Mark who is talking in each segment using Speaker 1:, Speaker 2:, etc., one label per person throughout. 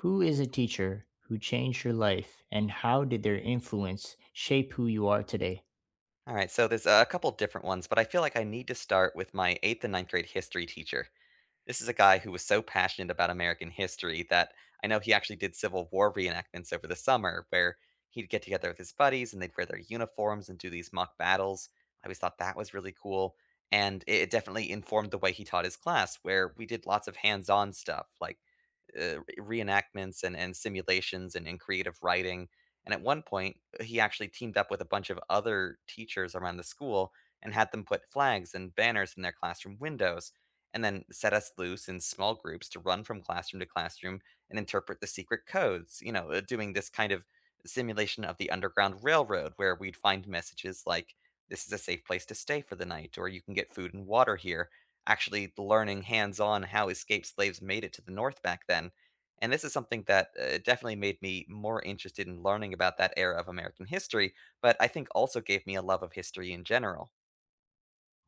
Speaker 1: Who is a teacher who changed your life and how did their influence shape who you are today?
Speaker 2: All right, so there's a couple different ones, but I feel like I need to start with my eighth and ninth grade history teacher. This is a guy who was so passionate about American history that I know he actually did Civil War reenactments over the summer where he'd get together with his buddies and they'd wear their uniforms and do these mock battles. I always thought that was really cool. And it definitely informed the way he taught his class, where we did lots of hands on stuff like reenactments and simulations and creative writing. And at one point, he actually teamed up with a bunch of other teachers around the school and had them put flags and banners in their classroom windows and then set us loose in small groups to run from classroom to classroom and interpret the secret codes, doing this kind of simulation of the Underground Railroad where we'd find messages like, this is a safe place to stay for the night, or you can get food and water here, actually learning hands-on how escaped slaves made it to the North back then. And this is something that definitely made me more interested in learning about that era of American history, but I think also gave me a love of history in general.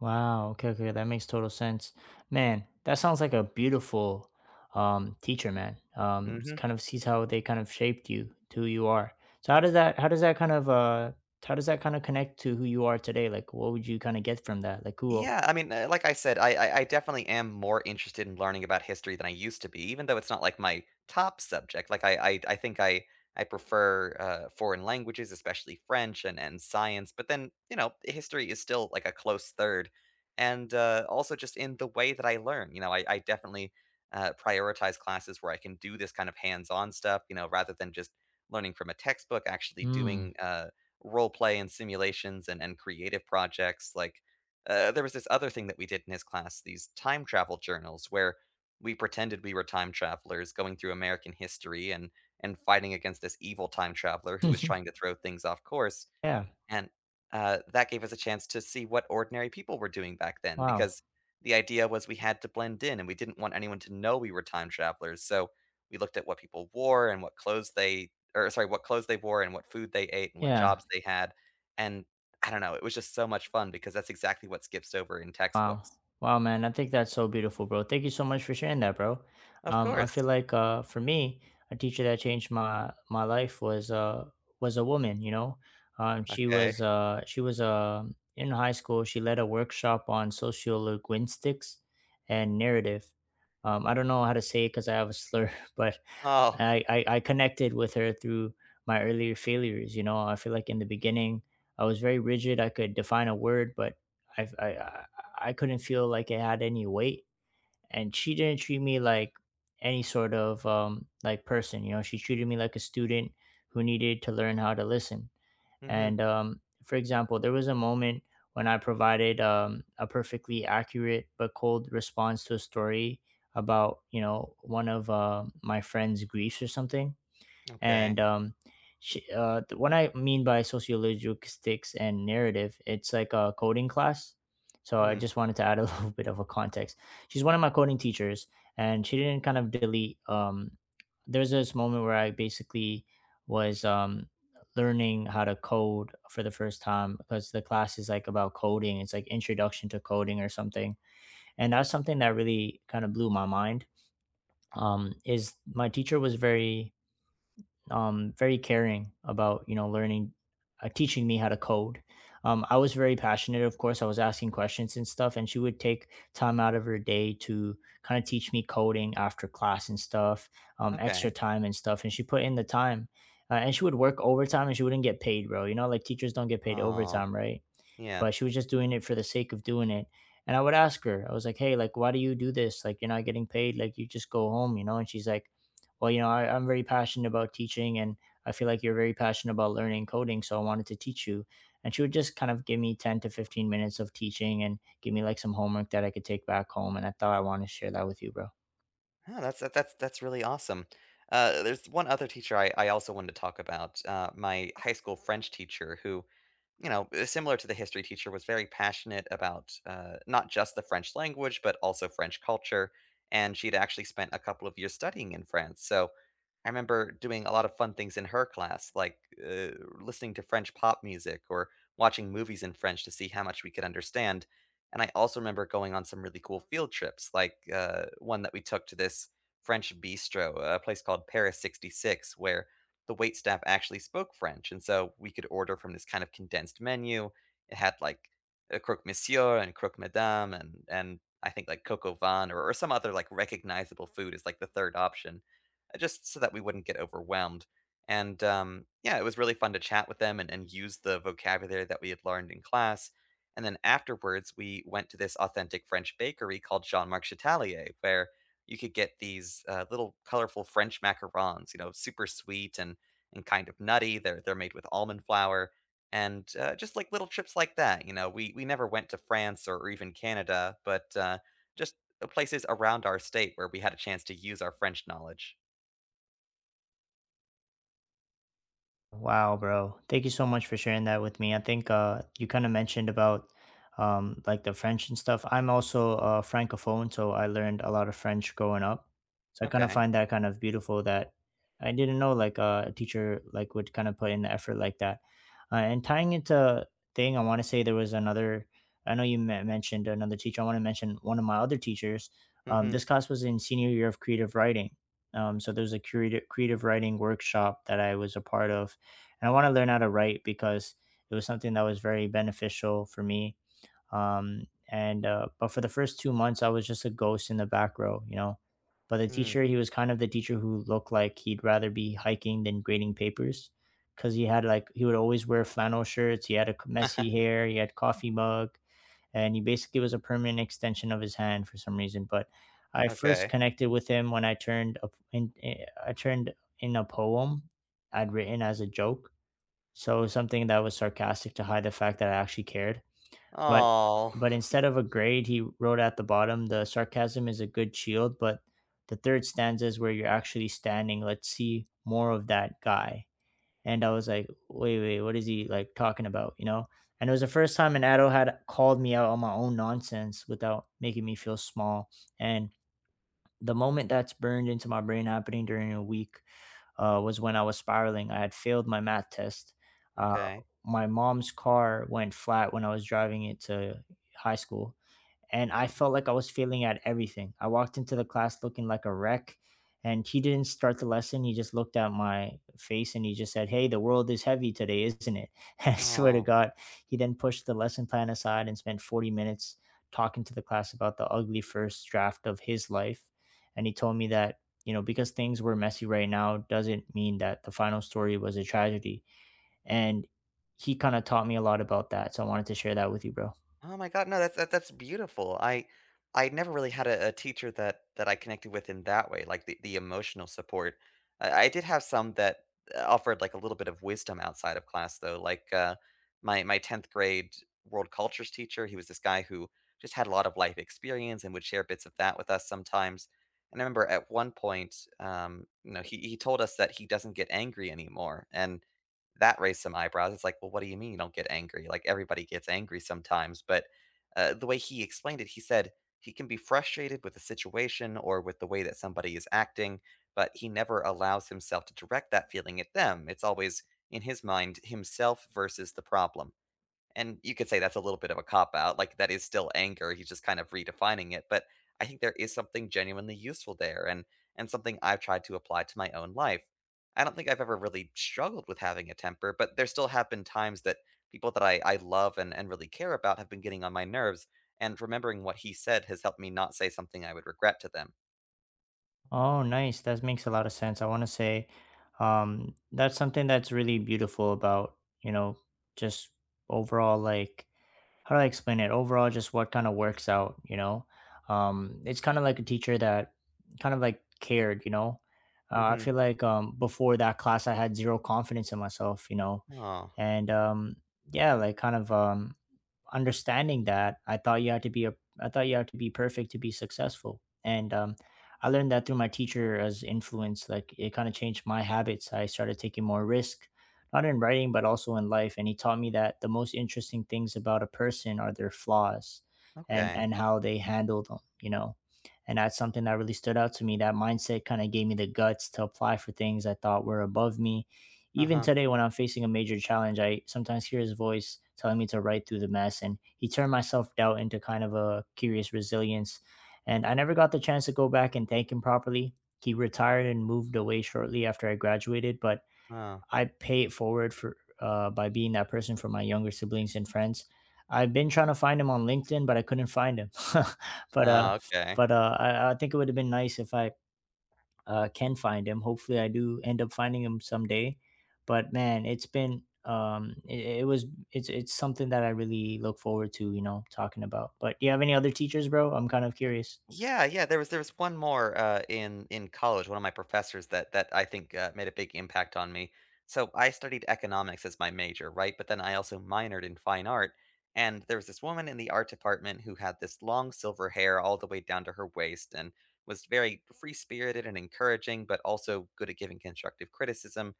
Speaker 1: Wow, okay, okay, that makes total sense. Man, that sounds like a beautiful teacher, man. It's
Speaker 2: Hmm.
Speaker 1: kind of sees how they kind of shaped you to who you are. So how does that kind of how does that kind of connect to who you are today? Like what would you kind of get from that? Like who.
Speaker 2: Yeah, I mean, like I said, I definitely am more interested in learning about history than I used to be, even though it's not like my top subject. Like I think I prefer foreign languages, especially French and science. But then, you know, history is still like a close third, and also just in the way that I learn. I definitely prioritize classes where I can do this kind of hands-on stuff. Rather than just learning from a textbook, actually
Speaker 1: Hmm.
Speaker 2: doing role play and simulations and creative projects like there was this other thing that we did in his class, these time travel journals, where we pretended we were time travelers going through American history and fighting against this evil time traveler who was trying to throw things off course.
Speaker 1: Yeah.
Speaker 2: And that gave us a chance to see what ordinary people were doing back then
Speaker 1: Wow.
Speaker 2: because the idea was we had to blend in and we didn't want anyone to know we were time travelers. So we looked at what people wore and what clothes they or sorry, what clothes they wore and what food they ate and what
Speaker 1: Yeah.
Speaker 2: jobs they had. And I don't know, it was just so much fun because that's exactly what skips over in
Speaker 1: Wow.
Speaker 2: textbooks.
Speaker 1: Wow, man. I think that's so beautiful, bro. Thank you so much for sharing that, bro.
Speaker 2: Of
Speaker 1: I feel
Speaker 2: course.
Speaker 1: like for me, a teacher that changed my life was was a woman, you know.
Speaker 2: Okay.
Speaker 1: She was In high school, she led a workshop on sociolinguistics and narrative. I don't know how to say it because I have a slur, but
Speaker 2: Oh.
Speaker 1: I connected with her through my earlier failures. You know, I feel like in the beginning I was very rigid. I could define a word, but I I I I couldn't feel like it had any weight. And she didn't treat me like any sort of like person. You know, she treated me like a student who needed to learn how to listen.
Speaker 2: Mhm.
Speaker 1: And for example, there was a moment when I provided a perfectly accurate but cold response to a story about, you know, one of my friend's griefs or something. And
Speaker 2: Okay.
Speaker 1: what I mean by sociologistics and narrative, it's like a coding class, so I
Speaker 2: Hmm.
Speaker 1: just wanted to add a little bit of a context. She's one of my coding teachers, and she didn't kind of delete. There's this moment where I basically was learning how to code for the first time, because the class is like about coding, it's like introduction to coding or something. And that's something that really kind of blew my mind. Is my teacher was very very caring about, you know, learning, teaching me how to code. I was very passionate, of course. I was asking questions and stuff, and she would take time out of her day to kind of teach me coding after class and stuff, extra
Speaker 2: Okay.
Speaker 1: time and stuff. And she put in the time, and she would work overtime, and she wouldn't get paid, bro. You know, like teachers don't get paid
Speaker 2: Oh,
Speaker 1: overtime, right?
Speaker 2: yeah.
Speaker 1: But she was just doing it for the sake of doing it. And I would ask her, I was like, hey, like, why do you do this? Like, you're not getting paid. Like, you just go home, you know? And she's like, well, you know, I'm very passionate about teaching and I feel like you're very passionate about learning coding. So I wanted to teach you. And she would just kind of give me 10 to 15 minutes of teaching and give me like some homework that I could take back home. And I thought I want to share that with you, bro.
Speaker 2: Oh, that's that that's really awesome. There's one other teacher I also wanted to talk about. My high school French teacher, who, similar to the history teacher, was very passionate about not just the French language but also French culture. And she'd actually spent a couple of years studying in France. So I remember doing a lot of fun things in her class, like uh, listening to French pop music or watching movies in French to see how much we could understand. And I also remember going on some really cool field trips, like, one that we took to this French bistro, a place called Paris 66, where the wait staff actually spoke French, and so we could order from this kind of condensed menu. It had, like, a croque monsieur and croque madame and I think, like, Coco van or some other, like, recognizable food is like, the 3rd option, just so that we wouldn't get overwhelmed. And, yeah, it was really fun to chat with them and use the vocabulary that we had learned in class and then afterwards, we went to this authentic French bakery called Jean Marc Chatelier, where you could get these little colorful French macarons, super sweet and kind of nutty. They're made with almond flour, and just like little trips like that. We never went to France or even Canada, but just the places around our state where we had a chance to use our French knowledge.
Speaker 1: Wow, bro. Thank you so much for sharing that with me. I think you kind of mentioned about like the French and stuff. I'm also a francophone, so I learned a lot of French growing up. So I kind of
Speaker 2: Okay.
Speaker 1: find that kind of beautiful that I didn't know, like a teacher like would kind of put in the effort like that. And tying into thing, I want to say there was another. I know you mentioned another teacher. I want to mention one of my other teachers.
Speaker 2: Mm-hmm.
Speaker 1: This class was in senior year of creative writing. So there was a creative writing workshop that I was a part of, and I want to learn how to write because it was something that was very beneficial for me. And but for the first 2 months, I was just a ghost in the back row, you know. But the
Speaker 2: Mm.
Speaker 1: teacher, he was kind of the teacher who looked like he'd rather be hiking than grading papers, because he had like he would always wear flannel shirts. He had a messy hair. He had coffee mug, and he basically was a permanent extension of his hand for some reason. But I first
Speaker 2: Okay.
Speaker 1: connected with him when I turned in a poem I'd written as a joke, so something that was sarcastic to hide the fact that I actually cared. But
Speaker 2: Oh.
Speaker 1: but instead of a grade, he wrote at the bottom, "The sarcasm is a good shield, but the third stanza is where you're actually standing. Let's see more of that guy." And I was like, "Wait, wait, what is he like talking about?" You know. And it was the first time an adult had called me out on my own nonsense without making me feel small. And the moment that's burned into my brain happening during a week was when I was spiraling. I had failed my math test. Uh,
Speaker 2: Okay.
Speaker 1: my mom's car went flat when I was driving it to high school, and I felt like I was failing at everything. I walked into the class looking like a wreck, and he didn't start the lesson. He just looked at my face and he just said, Hey, the world is heavy today, isn't it? I swear to
Speaker 2: Oh.
Speaker 1: God. He then pushed the lesson plan aside and spent 40 minutes talking to the class about the ugly first draft of his life. And he told me that, you know, because things were messy right now doesn't mean that the final story was a tragedy. And he kind of taught me a lot about that. So I wanted to share that with you, bro.
Speaker 2: Oh my god, no, that's beautiful. I never really had a teacher that I connected with in that way, like the emotional support. I did have some that offered like a little bit of wisdom outside of class though. Like my 10th grade world cultures teacher, he was this guy who just had a lot of life experience and would share bits of that with us sometimes. And I remember at one point, he told us that he doesn't get angry anymore. And that raised some eyebrows. It's like, "Well, what do you mean you don't get angry? Like, everybody gets angry sometimes." But, the way he explained it, he said he can be frustrated with the situation or with the way that somebody is acting, but he never allows himself to direct that feeling at them. It's always, in his mind, himself versus the problem. And you could say that's a little bit of a cop out. Like that is still anger. He's just kind of redefining it. But I think there is something genuinely useful there and something I've tried to apply to my own life. I don't think I've ever really struggled with having a temper, but there still have been times that people that I love and really care about have been getting on my nerves. And remembering what he said has helped me not say something I would regret to them.
Speaker 1: Oh, nice. That makes a lot of sense. I want to say, that's something that's really beautiful about, you know, just overall, like, how do I explain it? Overall, just what kind of works out, you know? It's kind of like a teacher that kind of like cared, you know? I
Speaker 2: Mm-hmm.
Speaker 1: feel like, before that class, I had zero confidence in myself, you know?
Speaker 2: Oh,
Speaker 1: And yeah, like, kind of. Understanding that I thought you had to be perfect to be successful. And I learned that through my teacher as influence, like it kind of changed my habits. I started taking more risk, not in writing but also in life, and he taught me that the most interesting things about a person are their flaws, and
Speaker 2: okay.
Speaker 1: and how they handle them, you know. And that's something that really stood out to me. That mindset kind of gave me the guts to apply for things I thought were above me. Even
Speaker 2: Uh-huh.
Speaker 1: today, when I'm facing a major challenge, I sometimes hear his voice telling me to write through the mess, and he turned my self doubt into kind of a curious resilience. And I never got the chance to go back and thank him properly. He retired and moved away shortly after I graduated, but
Speaker 2: Oh,
Speaker 1: I pay it forward for by being that person for my younger siblings and friends. I've been trying to find him on LinkedIn, but I couldn't find him. but uh,
Speaker 2: oh, okay.
Speaker 1: but I think it would have been nice if I can find him. Hopefully, I do end up finding him someday. But man, it's been it, it was it's something that I really look forward to, you know, talking about. But do you have any other teachers, bro? I'm kind of curious.
Speaker 2: Yeah, yeah, there was one more, in college, one of my professors that I think, made a big impact on me. So, I studied economics as my major, right? But then I also minored in fine art, and there was this woman in the art department who had this long silver hair all the way down to her waist and was very free-spirited and encouraging, but also good at giving constructive criticism.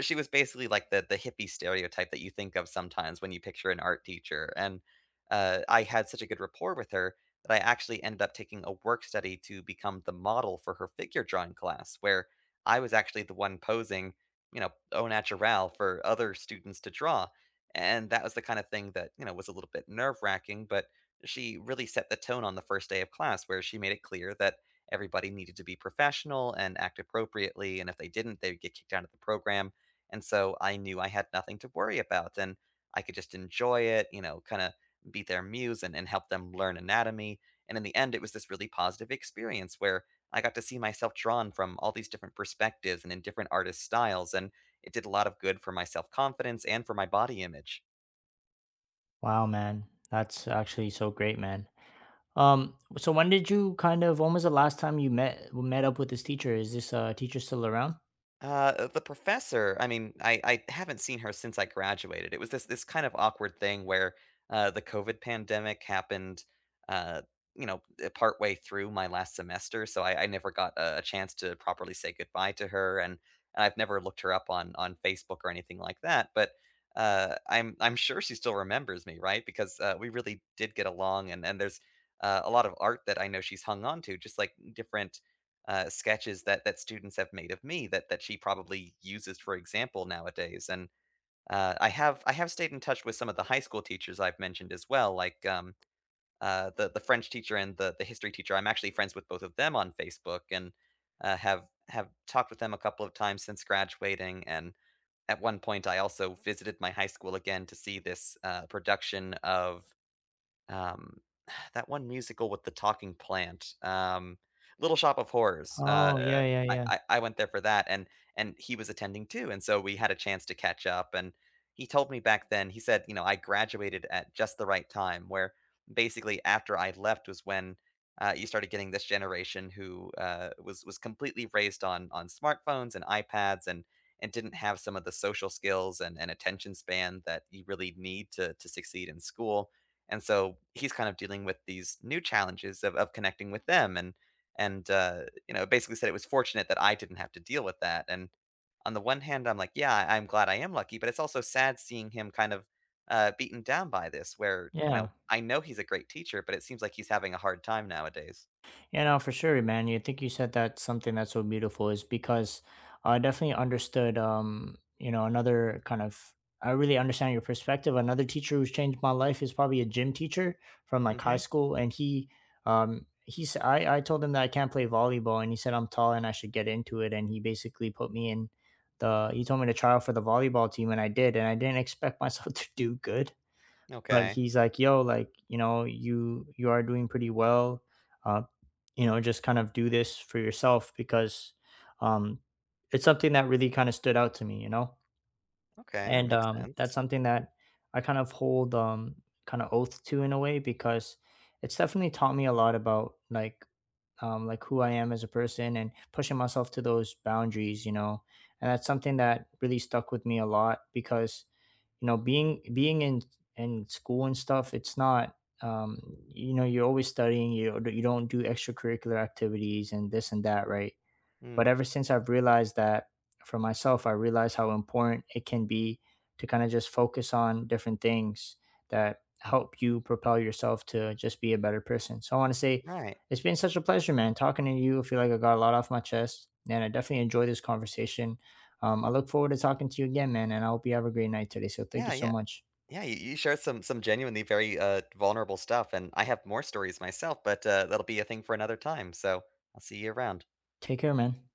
Speaker 2: She was basically like the hippie stereotype that you think of sometimes when you picture an art teacher, and, I had such a good rapport with her that I actually ended up taking a work study to become the model for her figure drawing class, where I was actually the one posing, au naturel for other students to draw, and that was the kind of thing that, was a little bit nerve-wracking, but she really set the tone on the first day of class where she made it clear that everybody needed to be professional and act appropriately, and if they didn't, they would get kicked out of the program, and so I knew I had nothing to worry about and I could just enjoy it, kind of be their muse and help them learn anatomy. And in the end, it was this really positive experience where I got to see myself drawn from all these different perspectives and in different artist styles. And it did a lot of good for my self confidence and for my body image.
Speaker 1: Wow, man, that's actually so great, man. So when did you kind of? When was the last time you met up with this teacher? Is this teacher still around?
Speaker 2: Uh, the professor, I mean, I haven't seen her since I graduated. It was this kind of awkward thing where the COVID pandemic happened, uh, partway through my last semester, so I never got a chance to properly say goodbye to her, and I've never looked her up on Facebook or anything like that. But I'm sure she still remembers me, right? Because we really did get along, and there's a lot of art that I know she's hung on to, just like different sketches that students have made of me that she probably uses for example nowadays. And I have stayed in touch with some of the high school teachers I've mentioned as well, like the French teacher and the history teacher. I'm actually friends with both of them on Facebook and have talked with them a couple of times since graduating. And at one point, I also visited my high school again to see this production of um, that one musical with the talking plant, Little Shop of Horrors.
Speaker 1: Oh yeah, yeah,
Speaker 2: I,
Speaker 1: yeah,
Speaker 2: I I went there for that, and he was attending too, and so we had a chance to catch up. And he told me back then, he said, I graduated at just the right time, where basically after I left was when you started getting this generation who was completely raised on smartphones and iPads and didn't have some of the social skills and attention span that you really need to succeed in school and so he's kind of dealing with these new challenges of connecting with them and basically said it was fortunate that I didn't have to deal with that. And on the one hand, I'm like, yeah, I'm glad I am lucky, but it's also sad seeing him kind of beaten down by this, where
Speaker 1: yeah.
Speaker 2: I know he's a great teacher, but it seems like he's having a hard time nowadays.
Speaker 1: Yeah, no, for sure, man. You think you said that something that's so beautiful is because I definitely understood, you know, another kind of, I really understand your perspective. Another teacher who's changed my life is probably a gym teacher from like high
Speaker 2: Mm-hmm.
Speaker 1: school. And he said, I told him that I can't play volleyball, and he said I'm tall and I should get into it. And he basically put me in the, he told me to try out for the volleyball team, and I did. And I didn't expect myself to do good, but
Speaker 2: Okay.
Speaker 1: he's like, "Yo, like, you know, you are doing pretty well. Uh, you know, just kind of do this for yourself, because um it's something that really kind of stood out to me, you know?"
Speaker 2: Okay, that
Speaker 1: And
Speaker 2: makes
Speaker 1: that's
Speaker 2: sense.
Speaker 1: something that I kind of hold kind of oath to in a way, because it's definitely taught me a lot about, like, like who I am as a person and pushing myself to those boundaries, you know. And that's something that really stuck with me a lot, because, you know, being in school and stuff, it's not, um, you know, you're always studying. You don't do extracurricular activities and this and that, right? But
Speaker 2: Mm,
Speaker 1: ever since I've realized that for myself, I realize how important it can be to kind of just focus on different things that help you propel yourself to just be a better person. So I want to say
Speaker 2: right.
Speaker 1: it's been such a pleasure, man, talking to you. I feel like I got a lot off my chest, and I definitely enjoyed this conversation. I look forward to talking to you again, man, and I hope you have a great night today. So thank you
Speaker 2: Yeah,
Speaker 1: so
Speaker 2: yeah.
Speaker 1: much.
Speaker 2: Yeah, you shared some genuinely very vulnerable stuff and I have more stories myself, but that'll be a thing for another time. So, I'll see you around.
Speaker 1: Take care, man.